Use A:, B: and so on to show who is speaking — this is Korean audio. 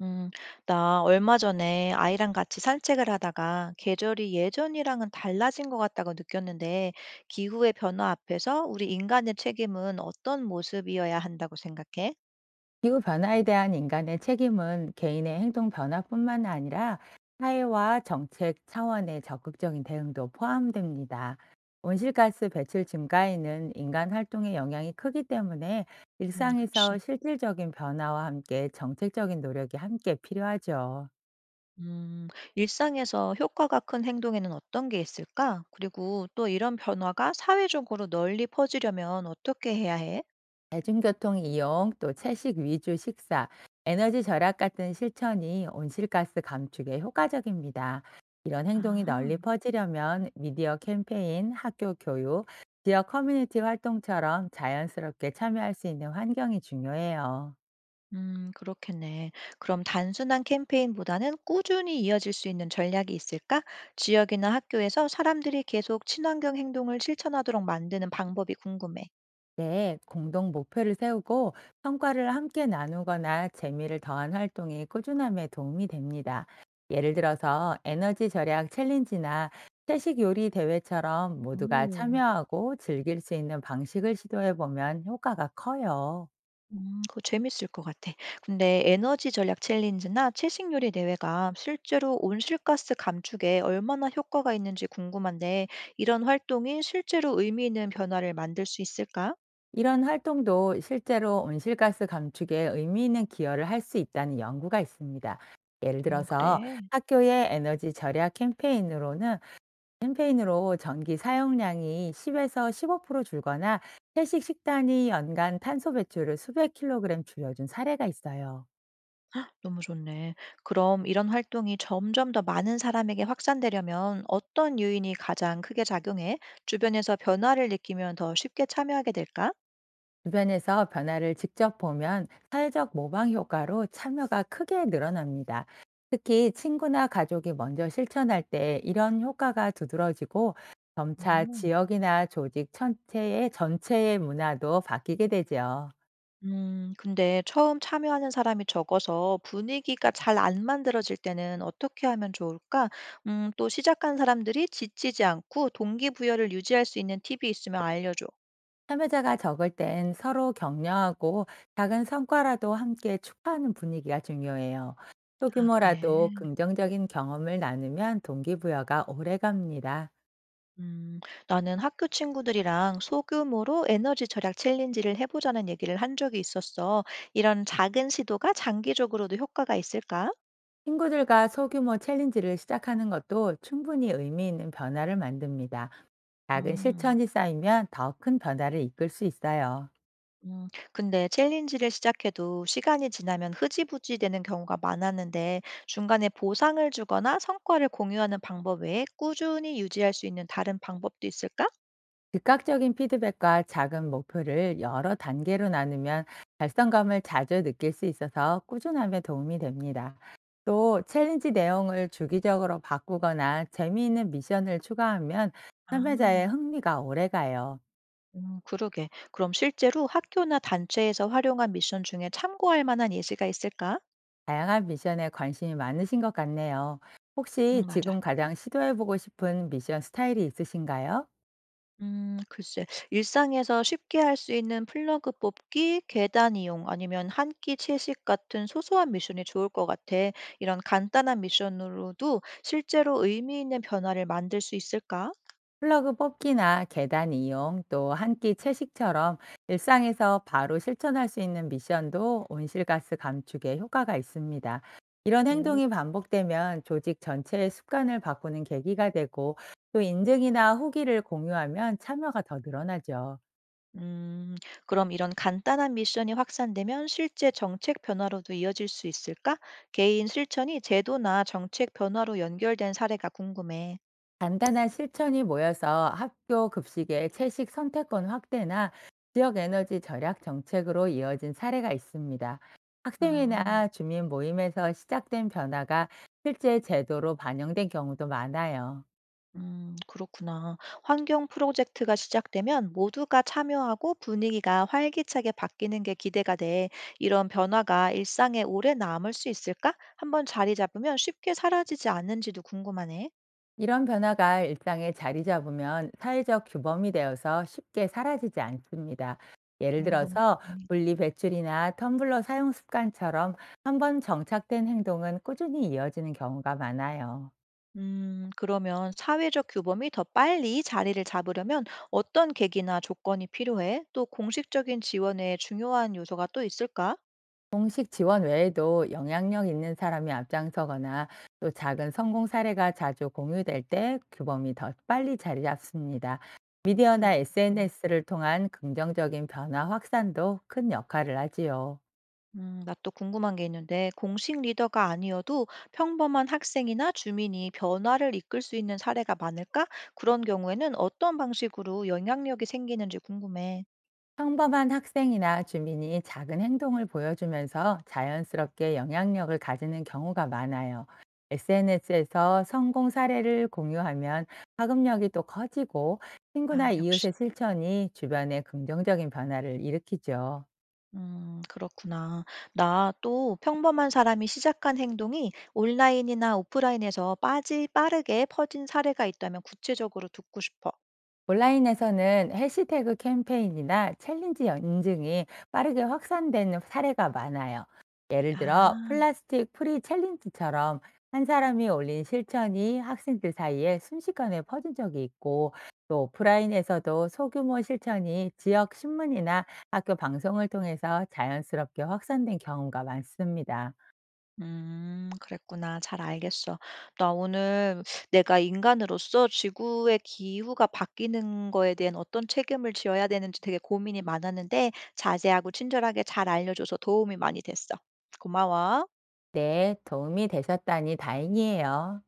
A: 음, 나 얼마 전에 아이랑 같이 산책을 하다가 계절이 예전이랑은 달라진 것 같다고 느꼈는데 기후의 변화 앞에서 우리 인간의 책임은 어떤 모습이어야 한다고 생각해?
B: 기후 변화에 대한 인간의 책임은 개인의 행동 변화뿐만 아니라 사회와 정책 차원의 적극적인 대응도 포함됩니다. 온실가스 배출 증가에는 인간 활동의 영향이 크기 때문에
A: 그치.
B: 일상에서 실질적인 변화와 함께 정책적인 노력이 함께 필요하죠.
A: 음, 일상에서 효과가 큰 행동에는 어떤 게 있을까? 그리고 또 이런 변화가 사회적으로 널리 퍼지려면 어떻게 해야 해?
B: 대중교통 이용, 또 채식 위주 식사, 에너지 절약 같은 실천이 온실가스 감축에 효과적입니다. 이런 행동이
A: 아.
B: 널리 퍼지려면 미디어 캠페인, 학교 교육, 지역 커뮤니티 활동처럼 자연스럽게 참여할 수 있는 환경이 중요해요.
A: 그렇겠네. 그럼 단순한 캠페인보다는 꾸준히 이어질 수 있는 전략이 있을까? 지역이나 학교에서 사람들이 계속 친환경 행동을 실천하도록 만드는 방법이 궁금해.
B: 네, 공동 목표를 세우고 성과를 함께 나누거나 재미를 더한 활동이 꾸준함에 도움이 됩니다. 예를 들어서 에너지 절약 챌린지나 채식 요리 대회처럼 모두가
A: 오.
B: 참여하고 즐길 수 있는 방식을 시도해 보면 효과가 커요.
A: 그거 재밌을 것 같아. 근데 에너지 전략 챌린지나 채식 요리 대회가 실제로 온실가스 감축에 얼마나 효과가 있는지 궁금한데, 이런 활동이 실제로 의미 있는 변화를 만들 수 있을까?
B: 이런 활동도 실제로 온실가스 감축에 의미 있는 기여를 할 수 있다는 연구가 있습니다. 예를 들어서
A: 그래.
B: 학교의 에너지 절약 캠페인으로는 캠페인으로 전기 사용량이 10에서 15% 줄거나, 채식 식단이 연간 탄소 배출을 수백 킬로그램 줄여준 사례가 있어요.
A: 너무 좋네. 그럼 이런 활동이 점점 더 많은 사람에게 확산되려면 어떤 요인이 가장 크게 작용해 주변에서 변화를 느끼면 더 쉽게 참여하게 될까?
B: 주변에서 변화를 직접 보면 사회적 모방 효과로 참여가 크게 늘어납니다. 특히 친구나 가족이 먼저 실천할 때 이런 효과가 두드러지고,
A: 어,
B: 점차
A: 음,
B: 지역이나 조직 전체의 문화도 바뀌게 되죠.
A: 근데 처음 참여하는 사람이 적어서 분위기가 잘 안 만들어질 때는 어떻게 하면 좋을까? 또 시작한 사람들이 지치지 않고 동기부여를 유지할 수 있는 팁이 있으면 알려줘.
B: 참여자가 적을 땐 서로 격려하고 작은 성과라도 함께 축하하는 분위기가 중요해요.
A: 아, 그래.
B: 소규모라도 긍정적인 경험을 나누면 동기부여가 오래 갑니다.
A: 음, 나는 학교 친구들이랑 소규모로 에너지 절약 챌린지를 해보자는 얘기를 한 적이 있었어. 이런 작은 시도가 장기적으로도 효과가 있을까?
B: 친구들과 소규모 챌린지를 시작하는 것도 충분히 의미 있는 변화를 만듭니다. 작은
A: 음.
B: 실천이 쌓이면 더 큰 변화를 이끌 수 있어요.
A: 음 근데 챌린지를 시작해도 시간이 지나면 흐지부지 되는 경우가 많았는데 중간에 보상을 주거나 성과를 공유하는 방법 외에 꾸준히 유지할 수 있는 다른 방법도 있을까?
B: 즉각적인 피드백과 작은 목표를 여러 단계로 나누면 달성감을 자주 느낄 수 있어서 꾸준함에 도움이 됩니다. 또 챌린지 내용을 주기적으로 바꾸거나 재미있는 미션을 추가하면
A: 아.
B: 참여자의 흥미가 오래가요.
A: 그러게. 그럼 실제로 학교나 단체에서 활용한 미션 중에 참고할 만한 예시가 있을까?
B: 다양한 미션에 관심이 많으신 것 같네요.
A: 응,
B: 혹시
A: 맞아.
B: 지금 가장 시도해보고 싶은 미션 스타일이 있으신가요?
A: 글쎄. 일상에서 쉽게 할 수 있는 플러그 뽑기, 계단 이용, 아니면 한 끼 채식 같은 소소한 미션이 좋을 것 같아. 이런 간단한 미션으로도 실제로 의미 있는 변화를 만들 수 있을까?
B: 플러그 뽑기나 계단 이용, 또 한 끼 채식처럼 일상에서 바로 실천할 수 있는 미션도 온실가스 감축에 효과가 있습니다. 이런
A: 오.
B: 행동이 반복되면 조직 전체의 습관을 바꾸는 계기가 되고, 또 인증이나 후기를 공유하면 참여가 더 늘어나죠.
A: 음, 그럼 이런 간단한 미션이 확산되면 실제 정책 변화로도 이어질 수 있을까? 개인 실천이 제도나 정책 변화로 연결된 사례가 궁금해.
B: 간단한 실천이 모여서 학교 급식의 채식 선택권 확대나 지역 에너지 절약 정책으로 이어진 사례가 있습니다.
A: 아,
B: 학생회나 주민 모임에서 시작된 변화가 실제 제도로 반영된 경우도 많아요.
A: 그렇구나. 환경 프로젝트가 시작되면 모두가 참여하고 분위기가 활기차게 바뀌는 게 기대가 돼. 이런 변화가 일상에 오래 남을 수 있을까? 한번 자리 잡으면 쉽게 사라지지 않는지도 궁금하네.
B: 이런 변화가 일상에 자리 잡으면 사회적 규범이 되어서 쉽게 사라지지 않습니다.
A: 어,
B: 예를
A: 너무
B: 들어서
A: 좋네.
B: 분리 배출이나 텀블러 사용 습관처럼 한번 정착된 행동은 꾸준히 이어지는 경우가 많아요.
A: 그러면 사회적 규범이 더 빨리 자리를 잡으려면 어떤 계기나 조건이 필요해? 또 공식적인 지원에 중요한 요소가 또 있을까?
B: 공식 지원 외에도 영향력 있는 사람이 앞장서거나, 또 작은 성공 사례가 자주 공유될 때 규범이 더 빨리 자리 잡습니다.
A: 그렇구나.
B: 미디어나 SNS를 통한 긍정적인 변화 확산도 큰 역할을 하지요.
A: 나 또 궁금한 게 있는데, 공식 리더가 아니어도 평범한 학생이나 주민이 변화를 이끌 수 있는 사례가 많을까? 그런 경우에는 어떤 방식으로 영향력이 생기는지 궁금해.
B: 평범한 학생이나 주민이 작은 행동을 보여주면서 자연스럽게 영향력을 가지는 경우가 많아요. SNS에서 성공 사례를 공유하면 파급력이 또 커지고,
A: 아,
B: 친구나
A: 역시.
B: 이웃의 실천이 주변에 긍정적인 변화를 일으키죠.
A: 그렇구나. 나 또 평범한 사람이 시작한 행동이 온라인이나 오프라인에서 빠지 빠르게 퍼진 사례가 있다면 구체적으로 듣고 싶어.
B: 온라인에서는 해시태그 캠페인이나 챌린지 인증이 빠르게 확산되는 사례가 많아요. 예를 들어
A: 아,
B: 플라스틱 프리 챌린지처럼 한 사람이 올린 실천이 학생들 사이에 순식간에 퍼진 적이 있고, 또 오프라인에서도 소규모 실천이 지역 신문이나 학교 방송을 통해서 자연스럽게 확산된 경우가 많습니다.
A: 그랬구나. 잘 알겠어. 나 오늘 내가 인간으로서 지구의 기후가 바뀌는 거에 대한 어떤 책임을 지어야 되는지 되게 고민이 많았는데 자세하고 친절하게 잘 알려줘서 도움이 많이 됐어. 고마워.
B: 네, 도움이 되셨다니 다행이에요.